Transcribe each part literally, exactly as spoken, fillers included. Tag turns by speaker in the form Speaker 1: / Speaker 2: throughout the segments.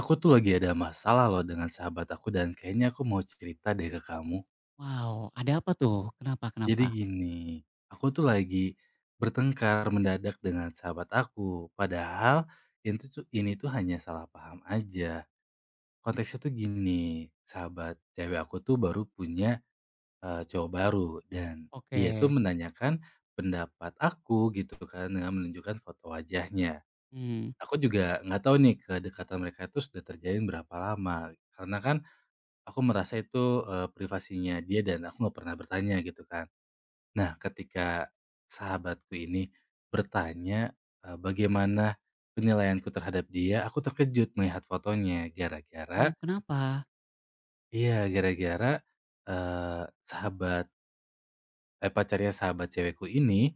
Speaker 1: Aku tuh lagi ada masalah loh dengan sahabat aku dan kayaknya aku mau cerita deh ke kamu.
Speaker 2: Wow, ada apa tuh? Kenapa kenapa?
Speaker 1: Jadi gini, aku tuh lagi bertengkar mendadak dengan sahabat aku. Padahal itu tuh ini tuh hanya salah paham aja. Konteksnya tuh gini, sahabat cewek aku tuh baru punya eh, cowok baru dan dia tuh
Speaker 2: Oke.
Speaker 1: menanyakan pendapat aku gitu kan dengan menunjukkan foto wajahnya.
Speaker 2: Hmm.
Speaker 1: Aku juga nggak tahu nih kedekatan mereka itu sudah terjalin berapa lama. Karena kan aku merasa itu, eee, privasinya dia dan aku nggak pernah bertanya gitu kan. Nah ketika sahabatku ini bertanya, eee, bagaimana penilaianku terhadap dia, aku terkejut melihat fotonya
Speaker 2: Oh
Speaker 1: gara-gara
Speaker 2: kenapa?
Speaker 1: iya gara-gara, eee, sahabat eh, pacarnya sahabat cewekku ini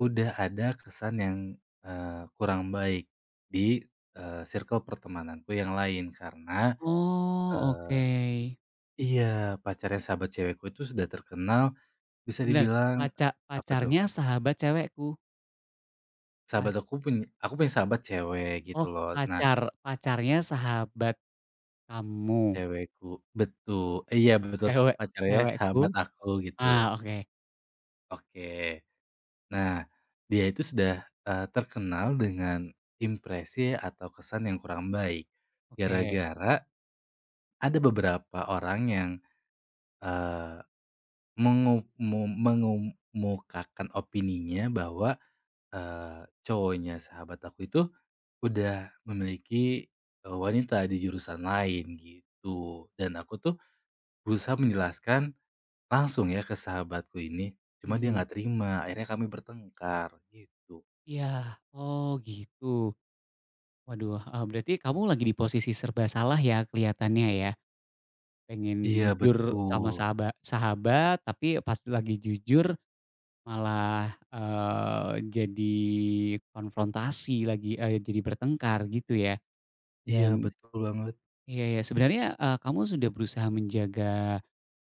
Speaker 1: udah ada kesan yang, eee, kurang baik di, eee, circle pertemananku yang lain karena,
Speaker 2: Oh,
Speaker 1: eee
Speaker 2: oke.
Speaker 1: iya pacarnya sahabat cewekku itu sudah terkenal. Bisa
Speaker 2: Sebentar,
Speaker 1: dibilang
Speaker 2: pacar
Speaker 1: apa tuh,
Speaker 2: pacarnya sahabat cewekku? Pa
Speaker 1: sahabat aku punya aku punya sahabat cewek gitu
Speaker 2: oh
Speaker 1: loh. Nah,
Speaker 2: pacar pacarnya sahabat kamu,
Speaker 1: cewekku betul, iya betul
Speaker 2: cewek
Speaker 1: pacarnya
Speaker 2: cewekku?
Speaker 1: sahabat aku gitu.
Speaker 2: Ah, oke,
Speaker 1: Oke. Nah, dia itu sudah, eee, terkenal dengan impresi atau kesan yang kurang baik.
Speaker 2: oke,
Speaker 1: Gara-gara ada beberapa orang yang, eee, mengu mu mengummukakan opininya bahwa, eee, cowoknya sahabat aku itu udah memiliki, eee, wanita di jurusan lain gitu, dan aku tuh berusaha menjelaskan langsung ya ke sahabatku ini, cuma dia
Speaker 2: mhm,
Speaker 1: nggak terima, akhirnya kami bertengkar gitu.
Speaker 2: iya, oh gitu. Waduh, eee, berarti kamu lagi di posisi serba salah ya kelihatannya ya? Pengen
Speaker 1: Iya
Speaker 2: jujur sama
Speaker 1: betul,
Speaker 2: sahaba sahabat, tapi pas lagi jujur malah, eee, jadi konfrontasi lagi, eee, jadi bertengkar gitu ya.
Speaker 1: iya
Speaker 2: Dan
Speaker 1: betul banget,
Speaker 2: iya ya sebenarnya, eee, kamu sudah berusaha menjaga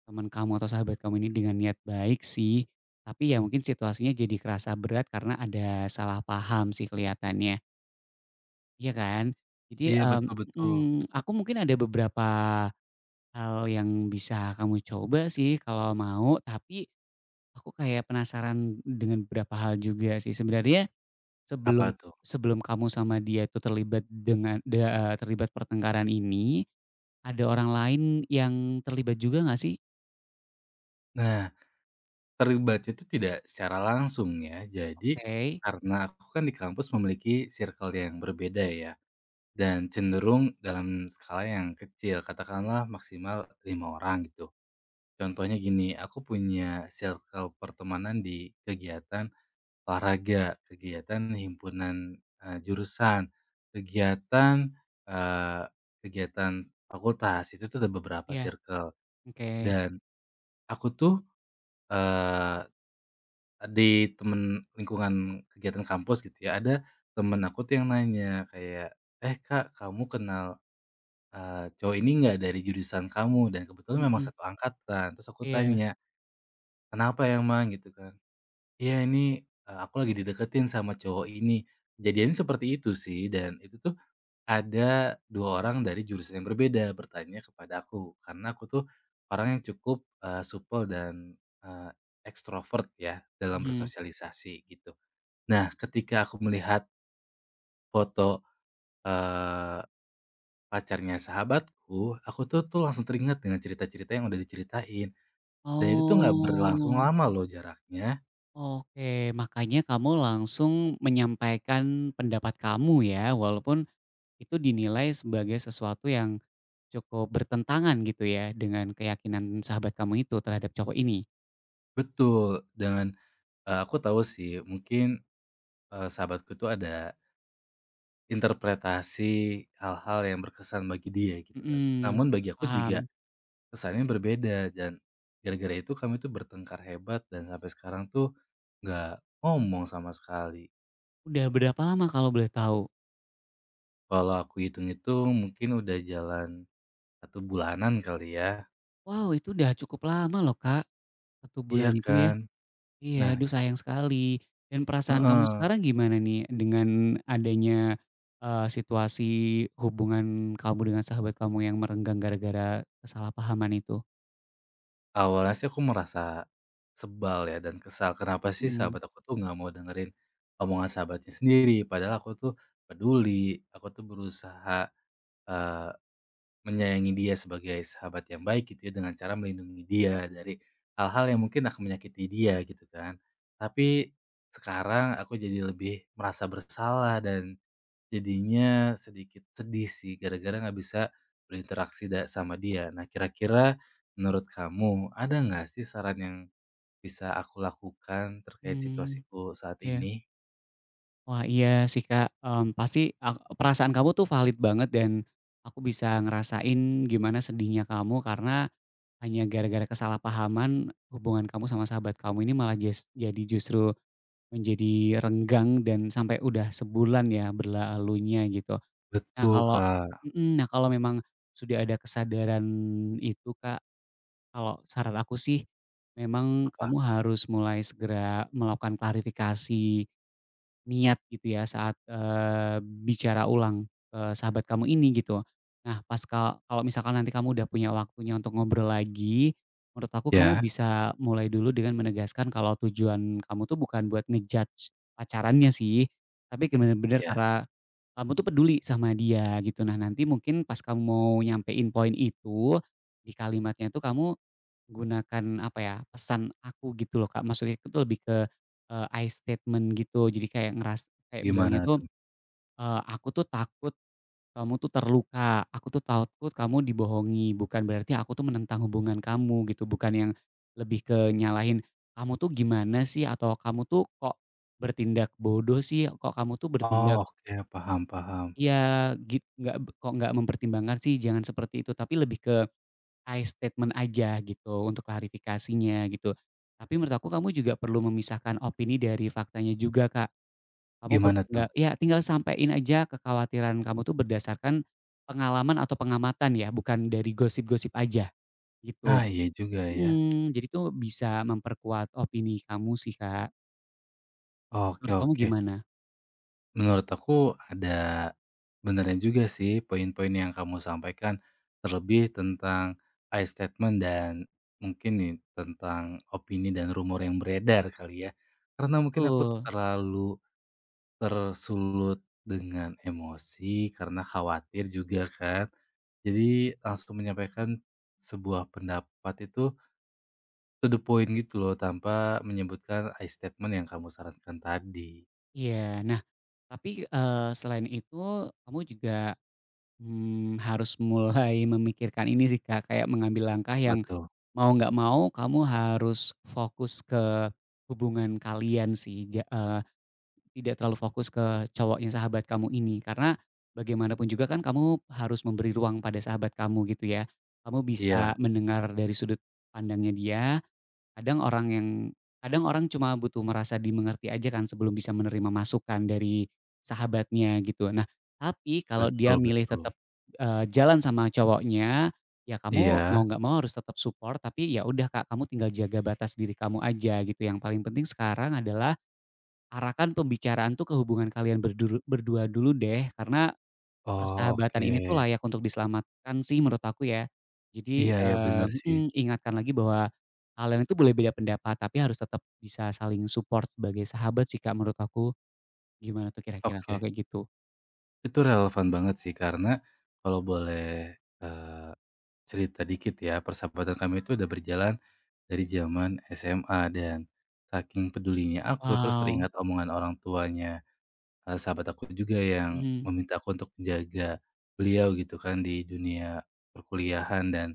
Speaker 2: teman kamu atau sahabat kamu ini dengan niat baik sih, tapi ya mungkin situasinya jadi kerasa berat karena ada salah paham sih kelihatannya, iya kan? Jadi,
Speaker 1: iya
Speaker 2: mmm,
Speaker 1: betul betul.
Speaker 2: mhm, aku mungkin ada beberapa hal yang bisa kamu coba sih kalau mau, tapi aku kayak penasaran dengan beberapa hal juga sih. Sebenarnya
Speaker 1: Apa
Speaker 2: Sebelum
Speaker 1: tuh?
Speaker 2: Sebelum kamu sama dia itu terlibat dengan da eee, terlibat pertengkaran ini, ada orang lain yang terlibat juga nggak sih?
Speaker 1: Nah, terlibatnya itu tidak secara langsung ya, jadi
Speaker 2: Oke,
Speaker 1: karena aku kan di kampus memiliki circle yang berbeda ya, dan cenderung dalam skala yang kecil, katakanlah maksimal lima orang gitu. Contohnya gini, aku punya circle pertemanan di kegiatan olahraga, kegiatan himpunan, eee, jurusan, kegiatan, eee, kegiatan fakultas, itu tuh ada beberapa
Speaker 2: iya,
Speaker 1: circle.
Speaker 2: oke,
Speaker 1: Dan aku tuh, eee, di temen lingkungan kegiatan kampus gitu ya, ada temen aku tuh yang nanya kayak, "Eh, Kak, kamu kenal, eee, cowok ini nggak dari jurusan kamu?" Dan kebetulan memang
Speaker 2: mhm,
Speaker 1: satu angkatan, terus aku
Speaker 2: iya,
Speaker 1: tanya, "Kenapa ya mang?" Gitu kan. Iya ini, eee, aku lagi dideketin sama cowok ini. Kejadiannya seperti itu sih dan itu tuh ada dua orang dari jurusan yang berbeda bertanya kepada aku, karena aku tuh orang yang cukup, eee, supel dan, eee, ekstrovert ya dalam
Speaker 2: mhm.
Speaker 1: bersosialisasi gitu. Nah ketika aku melihat foto, eee, pacarnya sahabatku, aku tuh tuh langsung teringat dengan cerita-cerita yang udah diceritain dan itu tuh nggak berlangsung
Speaker 2: Oh,
Speaker 1: lama loh jaraknya.
Speaker 2: oke, makanya kamu langsung menyampaikan pendapat kamu ya, walaupun itu dinilai sebagai sesuatu yang cukup bertentangan gitu ya, dengan keyakinan sahabat kamu itu terhadap cowok ini?
Speaker 1: Betul, dengan eee, aku tahu sih mungkin Eee, sahabatku tuh ada interpretasi hal-hal yang berkesan bagi dia gitu kan.
Speaker 2: Mhm,
Speaker 1: Namun bagi aku juga
Speaker 2: paham.
Speaker 1: kesannya berbeda dan gara-gara itu kami tuh bertengkar hebat dan sampai sekarang tuh nggak ngomong sama sekali.
Speaker 2: Udah berapa lama kalau boleh tahu?
Speaker 1: Kalau aku hitung-hitung mungkin udah jalan satu bulanan kali ya.
Speaker 2: Wow, itu udah cukup lama loh, Kak, satu bulan
Speaker 1: Iya
Speaker 2: itu ya.
Speaker 1: kan?
Speaker 2: Iya,
Speaker 1: Nah,
Speaker 2: aduh sayang sekali. Dan perasaan kamu
Speaker 1: heeh.
Speaker 2: sekarang gimana nih dengan adanya, eee, situasi hubungan kamu dengan sahabat kamu yang merenggang gara-gara kesalahpahaman itu?
Speaker 1: Awalnya sih aku merasa sebal ya dan kesal, kenapa sih
Speaker 2: Mhm.
Speaker 1: sahabat, mhm, aku tuh nggak mau dengerin omongan sahabatnya sendiri, padahal aku tuh peduli, aku tuh berusaha, eee, menyayangi dia sebagai sahabat yang baik gitu ya, dengan cara melindungi dia dari hal-hal yang mungkin akan menyakiti dia gitu kan. Tapi sekarang aku jadi lebih merasa bersalah dan jadinya sedikit sedih sih gara-gara nggak bisa berinteraksi da sama dia. Nah kira-kira menurut kamu ada nggak sih saran yang bisa aku lakukan terkait
Speaker 2: Mmm,
Speaker 1: situasiku saat
Speaker 2: iya.
Speaker 1: ini?
Speaker 2: Wah, iya sih, Kak, mmm, pasti ak perasaan kamu tuh valid banget dan aku bisa ngerasain gimana sedihnya kamu karena hanya gara-gara kesalahpahaman, hubungan kamu sama sahabat kamu ini malah jas jadi justru menjadi renggang dan sampai udah sebulan ya berlalunya gitu. Nah
Speaker 1: Betul,
Speaker 2: kalau
Speaker 1: Kak.
Speaker 2: mhm, nah kalau memang sudah ada kesadaran itu Kak, kalau saran aku sih, memang
Speaker 1: Apa?
Speaker 2: kamu harus mulai segera melakukan klarifikasi niat gitu ya saat, eee, bicara ulang ke sahabat kamu ini gitu. Nah pas ka kalau misalkan nanti kamu udah punya waktunya untuk ngobrol lagi, menurut aku kamu
Speaker 1: Ya?
Speaker 2: bisa mulai dulu dengan menegaskan kalau tujuan kamu tuh bukan buat ngejudge pacarannya sih, tapi ke bener-bener
Speaker 1: Ya.
Speaker 2: karena kamu tuh peduli sama dia gitu. Nah nanti mungkin pas kamu mau nyampein poin itu, di kalimatnya tuh kamu gunakan apa ya, pesan aku gitu loh Kak, maksudnya itu lebih ke, eee, I statement gitu. Jadi kayak ngeras kayak bilangnya
Speaker 1: Gimana
Speaker 2: tuh,
Speaker 1: tuh?
Speaker 2: eee, "Aku tuh takut kamu tuh terluka, aku tuh takut kamu dibohongi, bukan berarti aku tuh menentang hubungan kamu," gitu. Bukan yang lebih ke nyalahin, "Kamu tuh gimana sih?" Atau, "Kamu tuh kok bertindak bodoh sih? Kok kamu tuh
Speaker 1: Oh
Speaker 2: bertindak."
Speaker 1: oke, paham paham.
Speaker 2: Iya, gitu nggak kok nggak mempertimbangkan sih, jangan seperti itu. Tapi lebih ke I statement aja gitu untuk klarifikasinya gitu. Tapi menurut aku kamu juga perlu memisahkan opini dari faktanya juga, Kak. Kamu pe
Speaker 1: Gimana tuh?
Speaker 2: Tinggal ya tinggal sampein aja kekhawatiran kamu tuh berdasarkan pengalaman atau pengamatan ya, bukan dari gosip-gosip aja gitu.
Speaker 1: Ah, iya juga ya.
Speaker 2: Mhm, jadi tuh bisa memperkuat opini kamu sih, Kak.
Speaker 1: Oke
Speaker 2: Menurut kamu
Speaker 1: oke.
Speaker 2: gimana?
Speaker 1: Menurut aku ada benernya juga sih poin-poin yang kamu sampaikan, terlebih tentang I statement dan mungkin nih tentang opini dan rumor yang beredar kali ya. Karena mungkin aku
Speaker 2: Betul,
Speaker 1: terlalu tersulut dengan emosi karena khawatir juga kan. Jadi langsung menyampaikan sebuah pendapat itu to the point gitu loh tanpa menyebutkan I statement yang kamu sarankan tadi.
Speaker 2: iya. Nah, tapi, eee, selain itu kamu juga Mmm, harus mulai memikirkan ini sih Kak, kayak mengambil langkah yang
Speaker 1: Betul.
Speaker 2: mau nggak mau kamu harus fokus ke hubungan kalian sih, ja eee, tidak terlalu fokus ke cowoknya sahabat kamu ini. Karena bagaimanapun juga kan kamu harus memberi ruang pada sahabat kamu gitu ya. Kamu bisa
Speaker 1: Iya,
Speaker 2: mendengar dari sudut pandangnya dia. Kadang orang yang Kadang orang cuma butuh merasa dimengerti aja kan sebelum bisa menerima masukan dari sahabatnya gitu. Nah, tapi kalau mhm. dia
Speaker 1: betul
Speaker 2: milih
Speaker 1: betul.
Speaker 2: tetap, eee, jalan sama cowoknya, ya kamu mau
Speaker 1: Iya.
Speaker 2: nggak mau harus tetap support tapi ya udah Kak, kamu tinggal jaga batas diri kamu aja gitu. Yang paling penting sekarang adalah arahkan pembicaraan tuh ke hubungan kalian berduru berdua dulu deh karena
Speaker 1: Oh,
Speaker 2: persahabatan
Speaker 1: oke.
Speaker 2: ini tuh layak untuk diselamatkan sih menurut aku ya.
Speaker 1: Iya
Speaker 2: Jadi,
Speaker 1: ya
Speaker 2: eee
Speaker 1: bener sih.
Speaker 2: mhm, ingatkan lagi bahwa kalian itu boleh beda pendapat, tapi harus tetap bisa saling support sebagai sahabat sih Kak menurut aku. Gimana tuh kira-kira kalau
Speaker 1: Oke.
Speaker 2: kayak gitu?
Speaker 1: Itu relevan banget sih, karena kalau boleh, eee, cerita dikit ya, persahabatan kami itu udah berjalan dari zaman S M A dan saking pedulinya aku, terus
Speaker 2: Wow,
Speaker 1: teringat omongan orang tuanya, eee, sahabat aku juga yang
Speaker 2: mhm.
Speaker 1: meminta aku untuk menjaga beliau gitu kan di dunia perkuliahan dan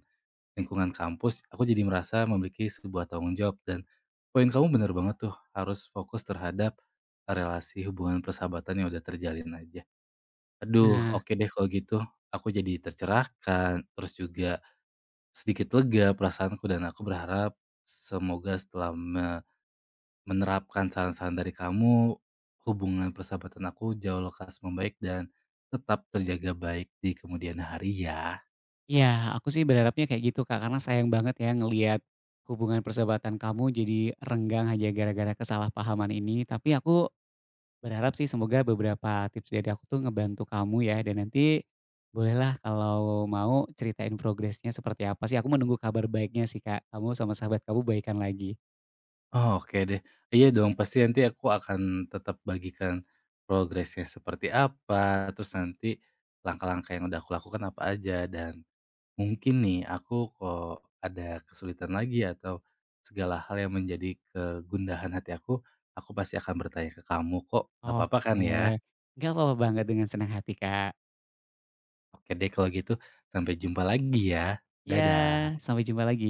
Speaker 1: lingkungan kampus, aku jadi merasa memiliki sebuah tanggung jawab dan poin kamu bener banget tuh, harus fokus terhadap relasi hubungan persahabatan yang udah terjalin aja. Aduh,
Speaker 2: Nah,
Speaker 1: oke deh kalau gitu. Aku jadi tercerahkan, terus juga sedikit lega perasaanku dan aku berharap semoga setelah me- menerapkan saran-saran dari kamu, hubungan persahabatan aku jauh lekas membaik dan tetap terjaga baik di kemudian hari ya.
Speaker 2: iya aku sih berharapnya kayak gitu Kak, karena sayang banget ya ngelihat hubungan persahabatan kamu jadi renggang hanya gara-gara kesalahpahaman ini. Tapi aku berharap sih semoga beberapa tips dari aku tuh ngebantu kamu ya, dan nanti bolehlah kalau mau ceritain progresnya seperti apa sih, aku menunggu kabar baiknya sih Kak, kamu sama sahabat kamu baikan lagi.
Speaker 1: Oh, oke deh. Iya dong, pasti nanti aku akan tetap bagikan progresnya seperti apa, terus nanti langkah-langkah yang udah aku lakukan apa aja, dan mungkin nih aku kok ada kesulitan lagi atau segala hal yang menjadi kegundahan hati aku, aku pasti akan bertanya ke kamu kok, gak apa-apa
Speaker 2: Oke,
Speaker 1: kan ya?
Speaker 2: nggak apa-apa banget, dengan senang hati Kak.
Speaker 1: Oke deh kalau gitu, sampai jumpa lagi ya.
Speaker 2: Ya,
Speaker 1: Dadah.
Speaker 2: sampai jumpa lagi.